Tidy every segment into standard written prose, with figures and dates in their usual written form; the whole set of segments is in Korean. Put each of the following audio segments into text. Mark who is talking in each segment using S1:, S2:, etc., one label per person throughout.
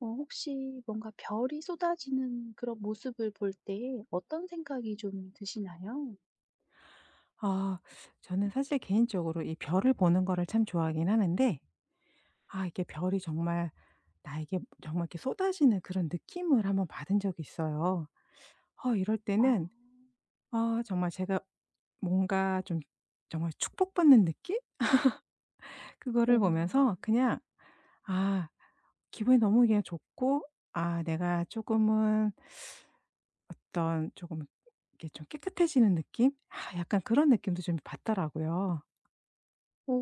S1: 혹시 뭔가 별이 쏟아지는 그런 모습을 볼 때 어떤 생각이 좀 드시나요?
S2: 아 저는 사실 개인적으로 이 별을 보는 거를 참 좋아하긴 하는데, 이게 별이 정말 나에게 정말 이렇게 쏟아지는 그런 느낌을 한번 받은 적이 있어요. 이럴
S1: 아.
S2: 때는, 정말 제가 뭔가 좀 정말 축복받는 느낌? 그거를 보면서
S1: 오.
S2: 그냥, 아 기분이 너무 그냥 좋고, 내가 조금은 어떤 조금 이렇게 좀 깨끗해지는 느낌? 약간 그런 느낌도 좀 받더라고요.
S1: 오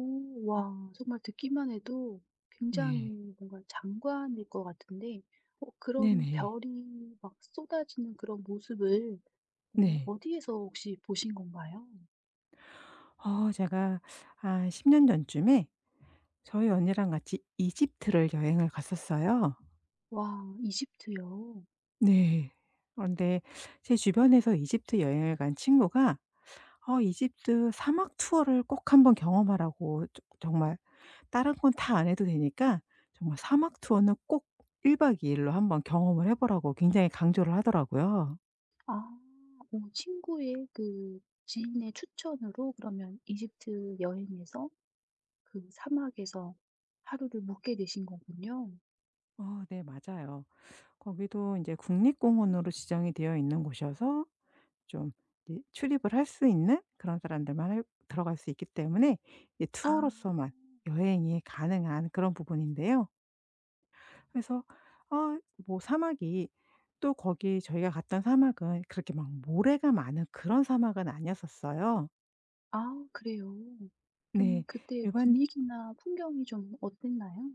S1: 와, 정말 듣기만 해도
S2: 네.
S1: 굉장히 뭔가 장관일 것 같은데 그런
S2: 네네.
S1: 별이 막 쏟아지는 그런 모습을
S2: 네.
S1: 어디에서 혹시 보신 건가요?
S2: 제가 한 10년 전쯤에 저희 언니랑 같이 이집트를 여행을 갔었어요.
S1: 와, 이집트요.
S2: 네. 그런데 제 주변에서 이집트 여행을 간 친구가 "어 이집트 사막 투어를 꼭 한번 경험하라."고, 조 정말 다른 건 다 안 해도 되니까 정말 사막 투어는 꼭 1박 2 일로 한번 경험을 해 보라고 굉장히 강조를 하더라고요.
S1: 아. 오, 친구의 지인의 추천으로 그러면 이집트 여행에서 그 사막에서 하루를 묵게 되신 거군요.
S2: 네, 맞아요. 거기도 이제 국립공원으로 지정이 되어 있는 곳이어서 좀 이제 출입을 할 수 있는 그런 사람들만 할 들어갈 수 있기 때문에 이
S1: 아.
S2: 투어로서만 여행이 가능한 그런 부분인데요. 그래서 어 뭐 사막이, 또 거기 저희가 갔던 사막은 그렇게 막 모래가 많은 그런 사막은 아니었었어요.
S1: 아, 그래요.
S2: 네.
S1: 좀 그때
S2: 일반
S1: 분위기나 풍경이 좀 어땠나요?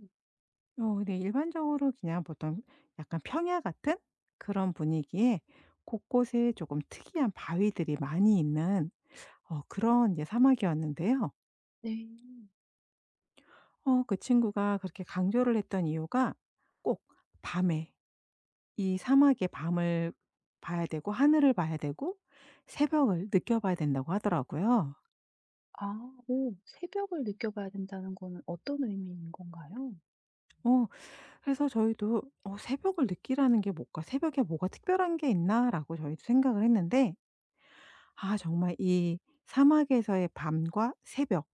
S2: 네, 일반적으로 그냥 보통 약간 평야 같은 그런 분위기에 곳곳에 조금 특이한 바위들이 많이 있는, 그런 이제 사막이었는데요.
S1: 네.
S2: 그 친구가 그렇게 강조를 했던 이유가, 꼭 밤에 이 사막의 밤을 봐야 되고, 하늘을 봐야 되고, 새벽을 느껴봐야 된다고 하더라고요.
S1: 아. 오, 새벽을 느껴봐야 된다는 거는 어떤 의미인 건가요?
S2: 어 그래서 저희도 '어 새벽을 느끼라는 게 뭘까? 새벽에 뭐가 특별한 게 있나?'라고 저희도 생각을 했는데, 정말 이 사막에서의 밤과 새벽,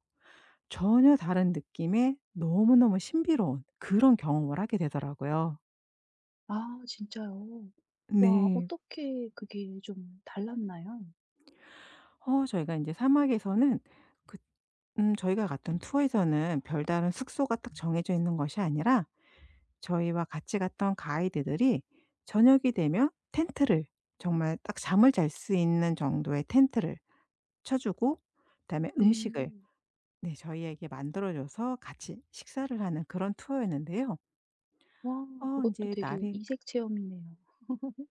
S2: 전혀 다른 느낌의 너무너무 신비로운 그런 경험을 하게 되더라고요.
S1: 아, 진짜요? 와,
S2: 네.
S1: 어떻게 그게 좀 달랐나요?
S2: 저희가 이제 사막에서는 그, 저희가 갔던 투어에서는 별다른 숙소가 딱 정해져 있는 것이 아니라, 저희와 같이 갔던 가이드들이 저녁이 되면 텐트를, 정말 딱 잠을 잘 수 있는 정도의 텐트를 쳐 주고, 그다음에
S1: 네.
S2: 음식을, 네, 저희에게 만들어 줘서 같이 식사를 하는 그런 투어였는데요.
S1: 와,
S2: 이
S1: 그것도
S2: 제
S1: 되게
S2: 날이.
S1: 이색 체험이네요.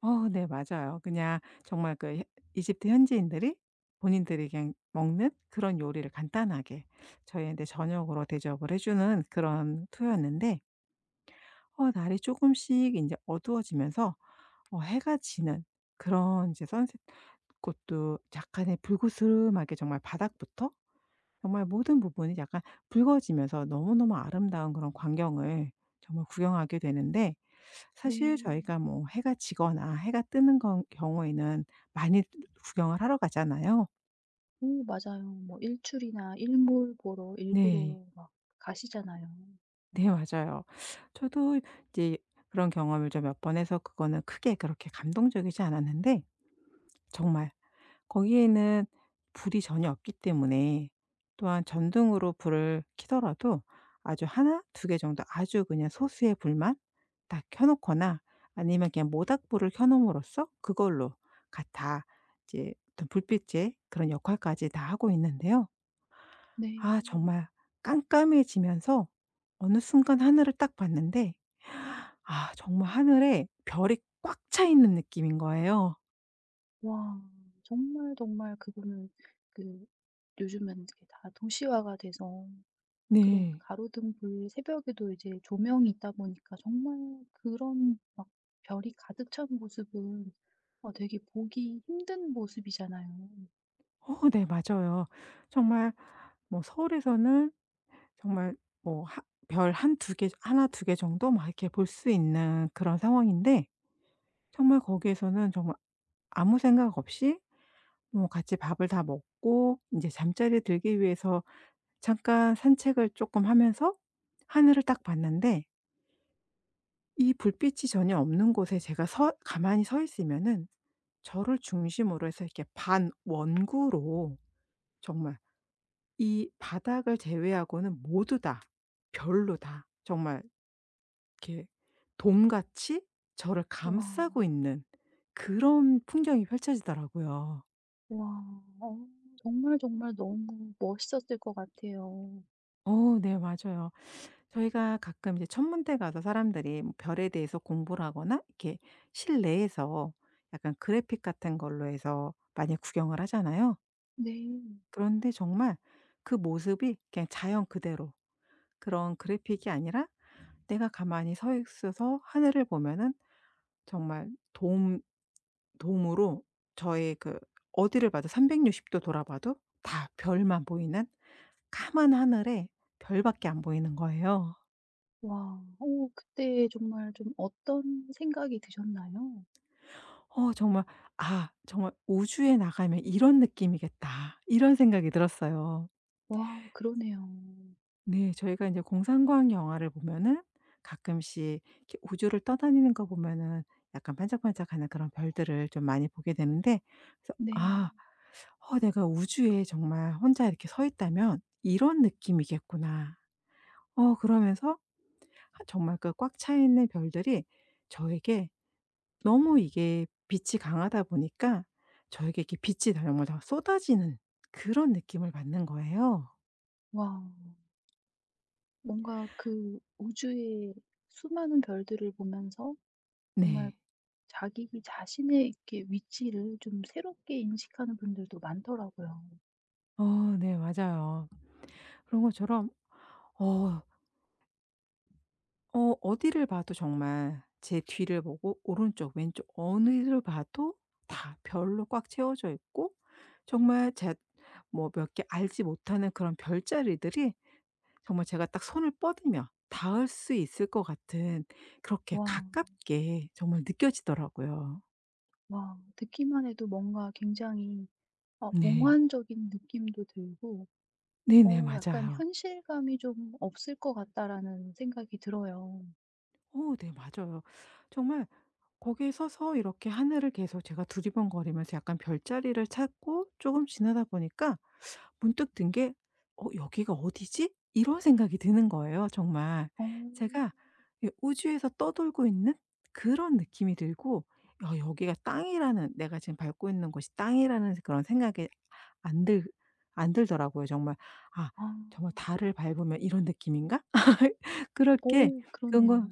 S2: 네, 맞아요. 그냥 정말 이집트 현지인들이 본인들이 그냥 먹는 그런 요리를 간단하게 저희한테 저녁으로 대접을 해 주는 그런 투어였는데, 날이 조금씩 이제 어두워지면서, 해가 지는 그런 이제 선셋, 곳도 약간의 불그스름하게 정말 바닥부터 정말 모든 부분이 약간 붉어지면서 너무너무 아름다운 그런 광경을 정말 구경하게 되는데, 사실
S1: 네.
S2: 저희가 뭐 해가 지거나 해가 뜨는 건 경우에는 많이 구경을 하러 가잖아요.
S1: 오, 맞아요. 뭐 일출이나 일몰 보러
S2: 네.
S1: 일부러 막 가시잖아요.
S2: 네, 맞아요. 저도 이제 그런 경험을 좀 몇 번 해서 그거는 크게 그렇게 감동적이지 않았는데, 정말 거기에는 불이 전혀 없기 때문에, 또한 전등으로 불을 켜더라도 아주 하나 두 개 정도 아주 그냥 소수의 불만 딱 켜 놓거나, 아니면 그냥 모닥불을 켜 놓음으로써 그걸로 가 다 이제 어떤 불빛의 그런 역할까지 다 하고 있는데요.
S1: 네.
S2: 정말 깜깜해지면서 어느 순간 하늘을 딱 봤는데, 정말 하늘에 별이 꽉 차 있는 느낌인 거예요.
S1: 와, 정말, 정말 그거는 그 요즘은 이다 도시화가 돼서 그런
S2: 네.
S1: 가로등불 새벽에도 이제 조명이 있다 보니까 정말 그런 막 별이 가득 찬 모습은 되게 보기 힘든 모습이잖아요.
S2: 네, 맞아요. 정말 뭐 서울에서는 정말 뭐 하별한 두 개 하나 두 개 정도 막 이렇게 볼 수 있는 그런 상황인데, 정말 거기에서는 정말 아무 생각 없이 뭐 같이 밥을 다 먹고 이제 잠자리에 들기 위해서 잠깐 산책을 조금 하면서 하늘을 딱 봤는데, 이 불빛이 전혀 없는 곳에 제가 서 가만히 서 있으면은 저를 중심으로 해서 이렇게 반원구로 정말 이 바닥을 제외하고는 모두 다 별로 다, 정말 이렇게 돔같이 저를
S1: 와.
S2: 감싸고 있는 그런 풍경이 펼쳐지더라고요.
S1: 와. 정말, 정말 너무 멋있었을 것 같아요.
S2: 네, 맞아요. 저희가 가끔 이제 천문대 가서 사람들이 뭐 별에 대해서 공부를 하거나 이렇게 실내에서 약간 그래픽 같은 걸로 해서 많이 구경을 하잖아요.
S1: 네.
S2: 그런데 정말 그 모습이 그냥 자연 그대로, 그런 그래픽이 아니라 내가 가만히 서 있어서 하늘을 보면은 정말 도움 도움으로 저의 그 어디를 봐도 360도 돌아봐도 다 별만 보이는 까만 하늘에 별밖에 안 보이는 거예요.
S1: 와. 오, 그때 정말 좀 어떤 생각이 드셨나요?
S2: 정말 '아 정말 우주에 나가면 이런 느낌이겠다.' 이런 생각이 들었어요.
S1: 와, 그러네요.
S2: 네. 저희가 이제 공상과학 영화를 보면은 가끔씩 이렇게 우주를 떠다니는 거 보면은 약간 반짝반짝하는 그런 별들을 좀 많이 보게 되는데, 그래서
S1: 네.
S2: '아 어 내가 우주에 정말 혼자 이렇게 서 있다면 이런 느낌이겠구나.' 그러면서 정말 그 꽉 차 있는 별들이 저에게 너무 이게 빛이 강하다 보니까 저에게 이렇게 빛이 다 정말 다 쏟아지는 그런 느낌을 받는 거예요.
S1: 와. 뭔가 그 우주의 수많은 별들을 보면서 정말
S2: 네.
S1: 자기 자신의 이렇게 위치를 좀 새롭게 인식하는 분들도 많더라고요.
S2: 네, 맞아요. 그런 것처럼, 어 어디를 봐도 정말 제 뒤를 보고 오른쪽 왼쪽 어디를 봐도 다 별로 꽉 채워져 있고 정말 제 뭐 몇 개 알지 못하는 그런 별자리들이 정말 제가 딱 손을 뻗으면 닿을 수 있을 것 같은, 그렇게
S1: 와.
S2: 가깝게 정말 느껴지더라고요.
S1: 와, 듣기만 해도 뭔가 굉장히
S2: 네.
S1: 몽환적인 느낌도 들고
S2: 네네.
S1: 약간
S2: 맞아요.
S1: '현실감이 좀 없을 것 같다.'라는 생각이 들어요.
S2: 오, 네, 맞아요. 정말 거기에 서서 이렇게 하늘을 계속 제가 두리번거리면서 약간 별자리를 찾고 조금 지나다 보니까 문득 든 게 '어 여기가 어디지?' 이런 생각이 드는 거예요, 정말.
S1: 어.
S2: 제가 이 우주에서 떠돌고 있는 그런 느낌이 들고, '야 여기가 땅이라는, 내가 지금 밟고 있는 곳이 땅이라는 그런 생각이 안들 안 들더라고요, 정말. '아
S1: 아.
S2: 정말 달을 밟으면 이런 느낌인가?' 그렇게
S1: 오,
S2: 그런
S1: 그러네요.
S2: 걸,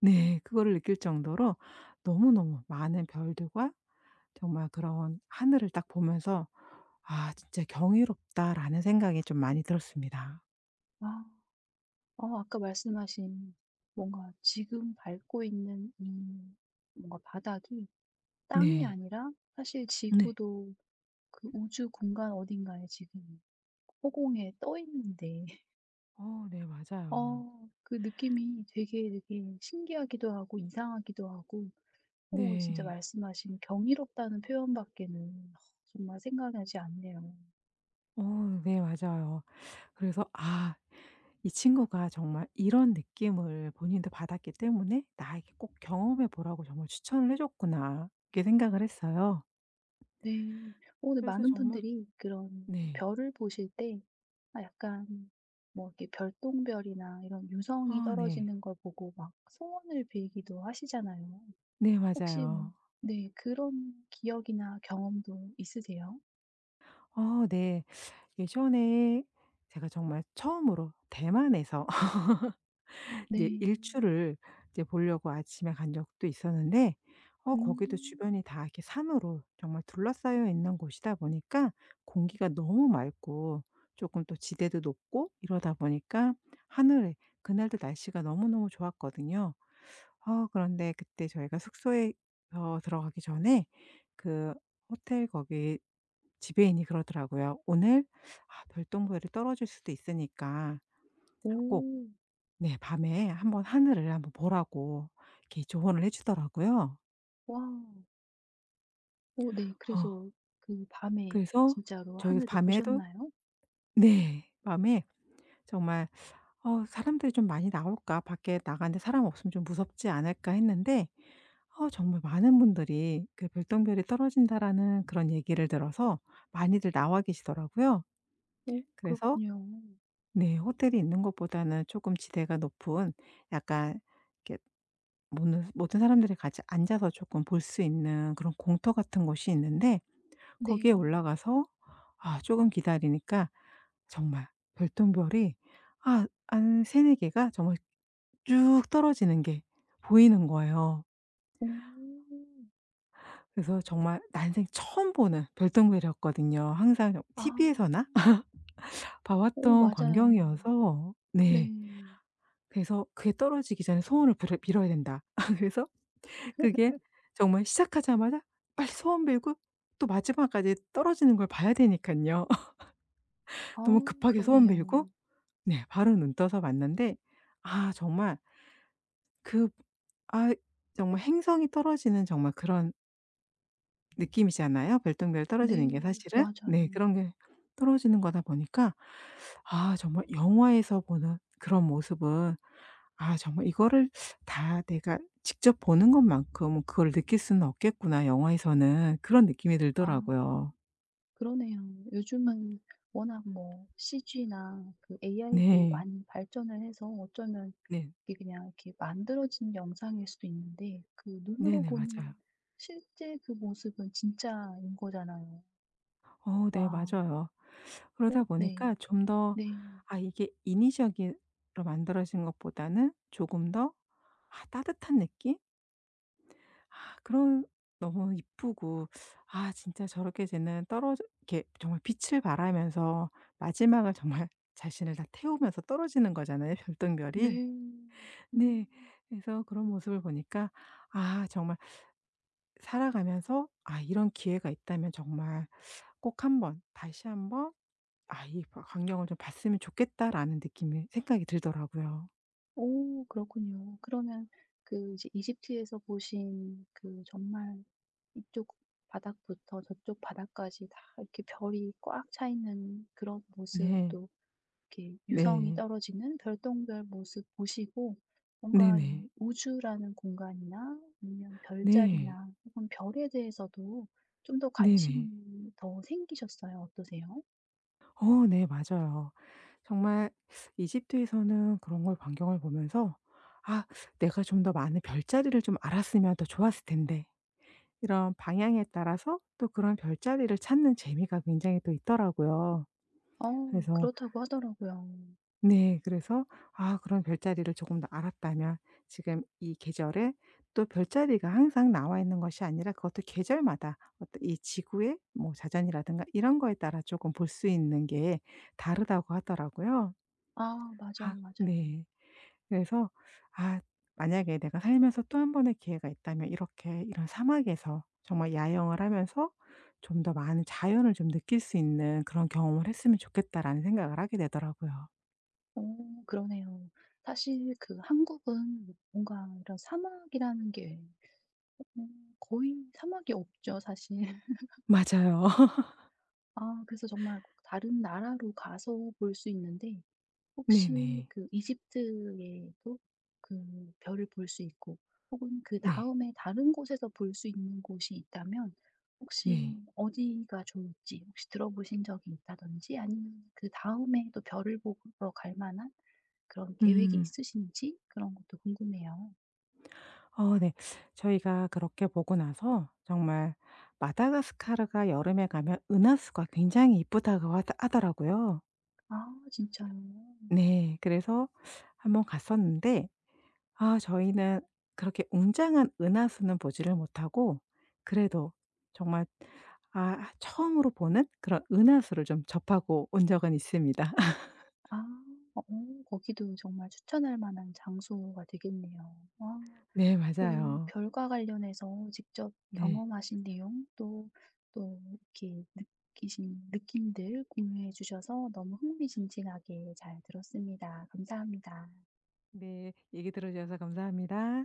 S2: 네, 그거를 느낄 정도로 너무너무 많은 별들과 정말 그런 하늘을 딱 보면서 '아 진짜 경이롭다.'라는 생각이 좀 많이 들었습니다.
S1: 와. 아까 말씀하신 뭔가 지금 밟고 있는 이 뭔가 바닥이 땅이
S2: 네.
S1: 아니라 사실
S2: 네.
S1: 지구도 그 우주 공간 어딘가에 지금 허공에 떠 있는데
S2: 네, 맞아요.
S1: 그 느낌이 되게 되게 신기하기도 하고 이상하기도 하고 진짜
S2: 네.
S1: 말씀하신 경이롭다는 표현밖에는 정말 생각나지 않네요.
S2: 어 네, 맞아요. 그래서 '아 이 친구가 정말 이런 느낌을 본인도 받았기 때문에 나에게 꼭 경험해 보라고 정말 추천을 해 줬구나.' 이렇게 생각을 했어요.
S1: 네. 오늘
S2: 그래서
S1: 많은
S2: 정말.
S1: 분들이 그런
S2: 네.
S1: 별을 보실 때 아, 약간 뭐 이렇게 별똥별이나 이런 유성이
S2: 네.
S1: 떨어지는 걸 보고 막 소원을 빌기도 하시잖아요.
S2: 네,
S1: 혹시 뭐
S2: 맞아요.
S1: 네, 그런 기억이나 경험도 있으세요?
S2: 어, 네. 예전에 제가 정말 처음으로 대만에서 이제
S1: 네.
S2: 일출을 이제 보려고 아침에 간 적도 있었는데, 거기도 주변이
S1: 음.
S2: 다 이렇게 산으로 정말 둘러싸여 있는 곳이다 보니까 공기가 너무 맑고 조금 또 지대도 높고 이러다 보니까 하늘에, 그날도 날씨가 너무너무 좋았거든요. 그런데 그때 저희가 숙소에 들어가기 전에 그 호텔 거기 지배인이 그러더라고요. "오늘 아 별똥별이 떨어질 수도 있으니까
S1: 오.
S2: 꼭", 네, "밤에 한번 하늘을 한번 보라."고 이렇게 조언을 해 주더라고요.
S1: 와. 오, 네.
S2: 어
S1: 그래서 그 밤에
S2: 그래서
S1: 진짜로
S2: 저희
S1: 하늘을
S2: 밤에도,
S1: 보셨나요?
S2: 네, 밤에 정말, '사람들이 좀 많이 나올까? 밖에 나가는데 사람 없으면 좀 무섭지 않을까?' 했는데, 정말 많은 분들이 그 "별똥별이 떨어진다."라는 그런 얘기를 들어서 많이들 나와 계시더라고요.
S1: 오,
S2: 그래서
S1: 그렇군요.
S2: 네, 호텔이 있는 것보다는 조금 지대가 높은 약간 이렇게 모든 모든 사람들이 같이 앉아서 조금 볼 수 있는 그런 공터 같은 곳이 있는데,
S1: 네.
S2: 거기에 올라가서 아금 기다리니까 정말 별똥별이, 한 3-4 개가 정말 쭉 떨어지는 게 보이는 거예요.
S1: 오.
S2: 그래서 정말 난생 처음 보는 별똥별이었거든요. 항상
S1: 아.
S2: TV에서나 봐
S1: 오,
S2: 왔던
S1: 맞아요.
S2: 광경이어서, 네.
S1: 네.
S2: 그래서 그게 떨어지기 전에 소원을 빌어야 된다. 그래서 그게 정말 시작하자마자 빨리 소원 빌고 또 마지막까지 떨어지는 걸 봐야 되니까요
S1: 아,
S2: 너무 급하게 소원 빌고,
S1: 그러네요.
S2: 네, 바로 눈 떠서 봤는데, 정말 그, 아 정말 행성이 떨어지는 정말 그런 느낌이잖아요 별똥별 떨어지는
S1: 네.
S2: 게, 사실은.
S1: 맞아요.
S2: 네, 그런 게 떨어지는 거다 보니까, 정말 영화에서 보는 그런 모습은, 정말 이거를 다 내가 직접 보는 것만큼 그걸 느낄 수는 없겠구나 영화에서는. 그런 느낌이
S1: 아,
S2: 들더라고요.
S1: 그러네요. 요즘은 워낙 뭐 CG나 그 AI도
S2: 네.
S1: 많이 발전을 해서 어쩌면
S2: 네.
S1: 이게 그냥 이렇게 만들어진 영상일 수도 있는데 그 눈으로
S2: 네네. 맞아요.
S1: 보는 실제 그 모습은 진짜인 거잖아요.
S2: 네,
S1: 와.
S2: 맞아요. 그러다
S1: 오, 네.
S2: 보니까 좀 더,
S1: 네.
S2: 이게 인위적으로 만들어진 것보다는 조금 더, 따뜻한 느낌? 그런, 너무 이쁘고, 진짜 저렇게 쟤는 떨어져 이렇게 정말 빛을 발하면서 마지막을 정말 자신을 다 태우면서 떨어지는 거잖아요 별똥별이.
S1: 네.
S2: 네.
S1: 음.
S2: 그래서 그런 모습을 보니까, 정말 살아가면서 '아 이런 기회가 있다면 정말 꼭 한번 다시 한번 아 이 바 광경을 좀 봤으면 좋겠다.'라는 느낌이 생각이 들더라고요.
S1: 오, 그렇군요. 그러면 그 이제 이집트에서 보신 그 정말 이쪽 바닥부터 저쪽 바닥까지 다 이렇게 별이 꽉 차 있는 그런 모습
S2: 네.
S1: 또 이렇게 유성이
S2: 네.
S1: 떨어지는 별똥별 모습 보시고 뭔가
S2: 네네.
S1: 이 우주라는 공간이나 아니면
S2: 네.
S1: 별자리나 혹은 별에 대해서도 좀 더
S2: 네네.
S1: 관심이 더 생기셨어요. 어떠세요?
S2: 네, 맞아요. 정말 이집트에서는 그런 걸 광경을 보면서 '아 내가 좀 더 많은 별자리를 좀 알았으면 더 좋았을 텐데.' 이런 방향에 따라서 또 그런 별자리를 찾는 재미가 굉장히 또 있더라고요.
S1: 어
S2: 그래서
S1: 그렇다고 하더라고요.
S2: 네. 그래서 아 그런 별자리를 조금 더 알았다면 지금 이 계절에, 또 별자리가 항상 나와 있는 것이 아니라 그것도 계절마다 어떤 이 지구의 뭐 자전이라든가 이런 거에 따라 조금 볼 수 있는 게 다르다고 하더라고요.
S1: 아, 맞아요, 맞아요.
S2: 네. 그래서 아 만약에 내가 살면서 또 한 번의 기회가 있다면 이렇게 이런 사막에서 정말 야영을 하면서 좀 더 많은 자연을 좀 느낄 수 있는 그런 경험을 했으면 좋겠다라는 생각을 하게 되더라고요.
S1: 그러네요. 사실 그 한국은 뭔가 이런 사막이라는 게 음, 거의 사막이 없죠 사실.
S2: 맞아요.
S1: 아, 그래서 정말 꼭 다른 나라로 가서 볼 수 있는데 혹시
S2: 네네.
S1: 그 이집트에도 그 별을 볼 수 있고 혹은
S2: 네.
S1: 그다음에 다른 곳에서 볼 수 있는 곳이 있다면 혹시
S2: 네.
S1: 어디가 좋을지 혹시 들어보신 적이 있다든지 아니면 그다음에 또 별을 보러 갈 만한 그런 계획이
S2: 음.
S1: 있으신지 그런 것도 궁금해요.
S2: 네. 저희가 그렇게 보고 나서 정말 마다가스카르가 여름에 가면 은하수가 굉장히 이쁘다고 하더라고요.
S1: 아, 진짜요?
S2: 네. 그래서 한번 갔었는데, 저희는 그렇게 웅장한 은하수는 보지를 못하고, 그래도 정말, 처음으로 보는 그런 은하수를 좀 접하고 온 적은 있습니다.
S1: 아. 어, 거기도 정말 추천할 만한 장소가 되겠네요. 와,
S2: 네,
S1: 오늘
S2: 맞아요.
S1: 별과 관련해서 직접
S2: 네.
S1: 경험하신 내용 또, 또 이렇게 느끼신 느낌들 공유해 주셔서 너무 흥미진진하게 잘 들었습니다. 감사합니다.
S2: 네. 얘기 들어 주셔서 감사합니다.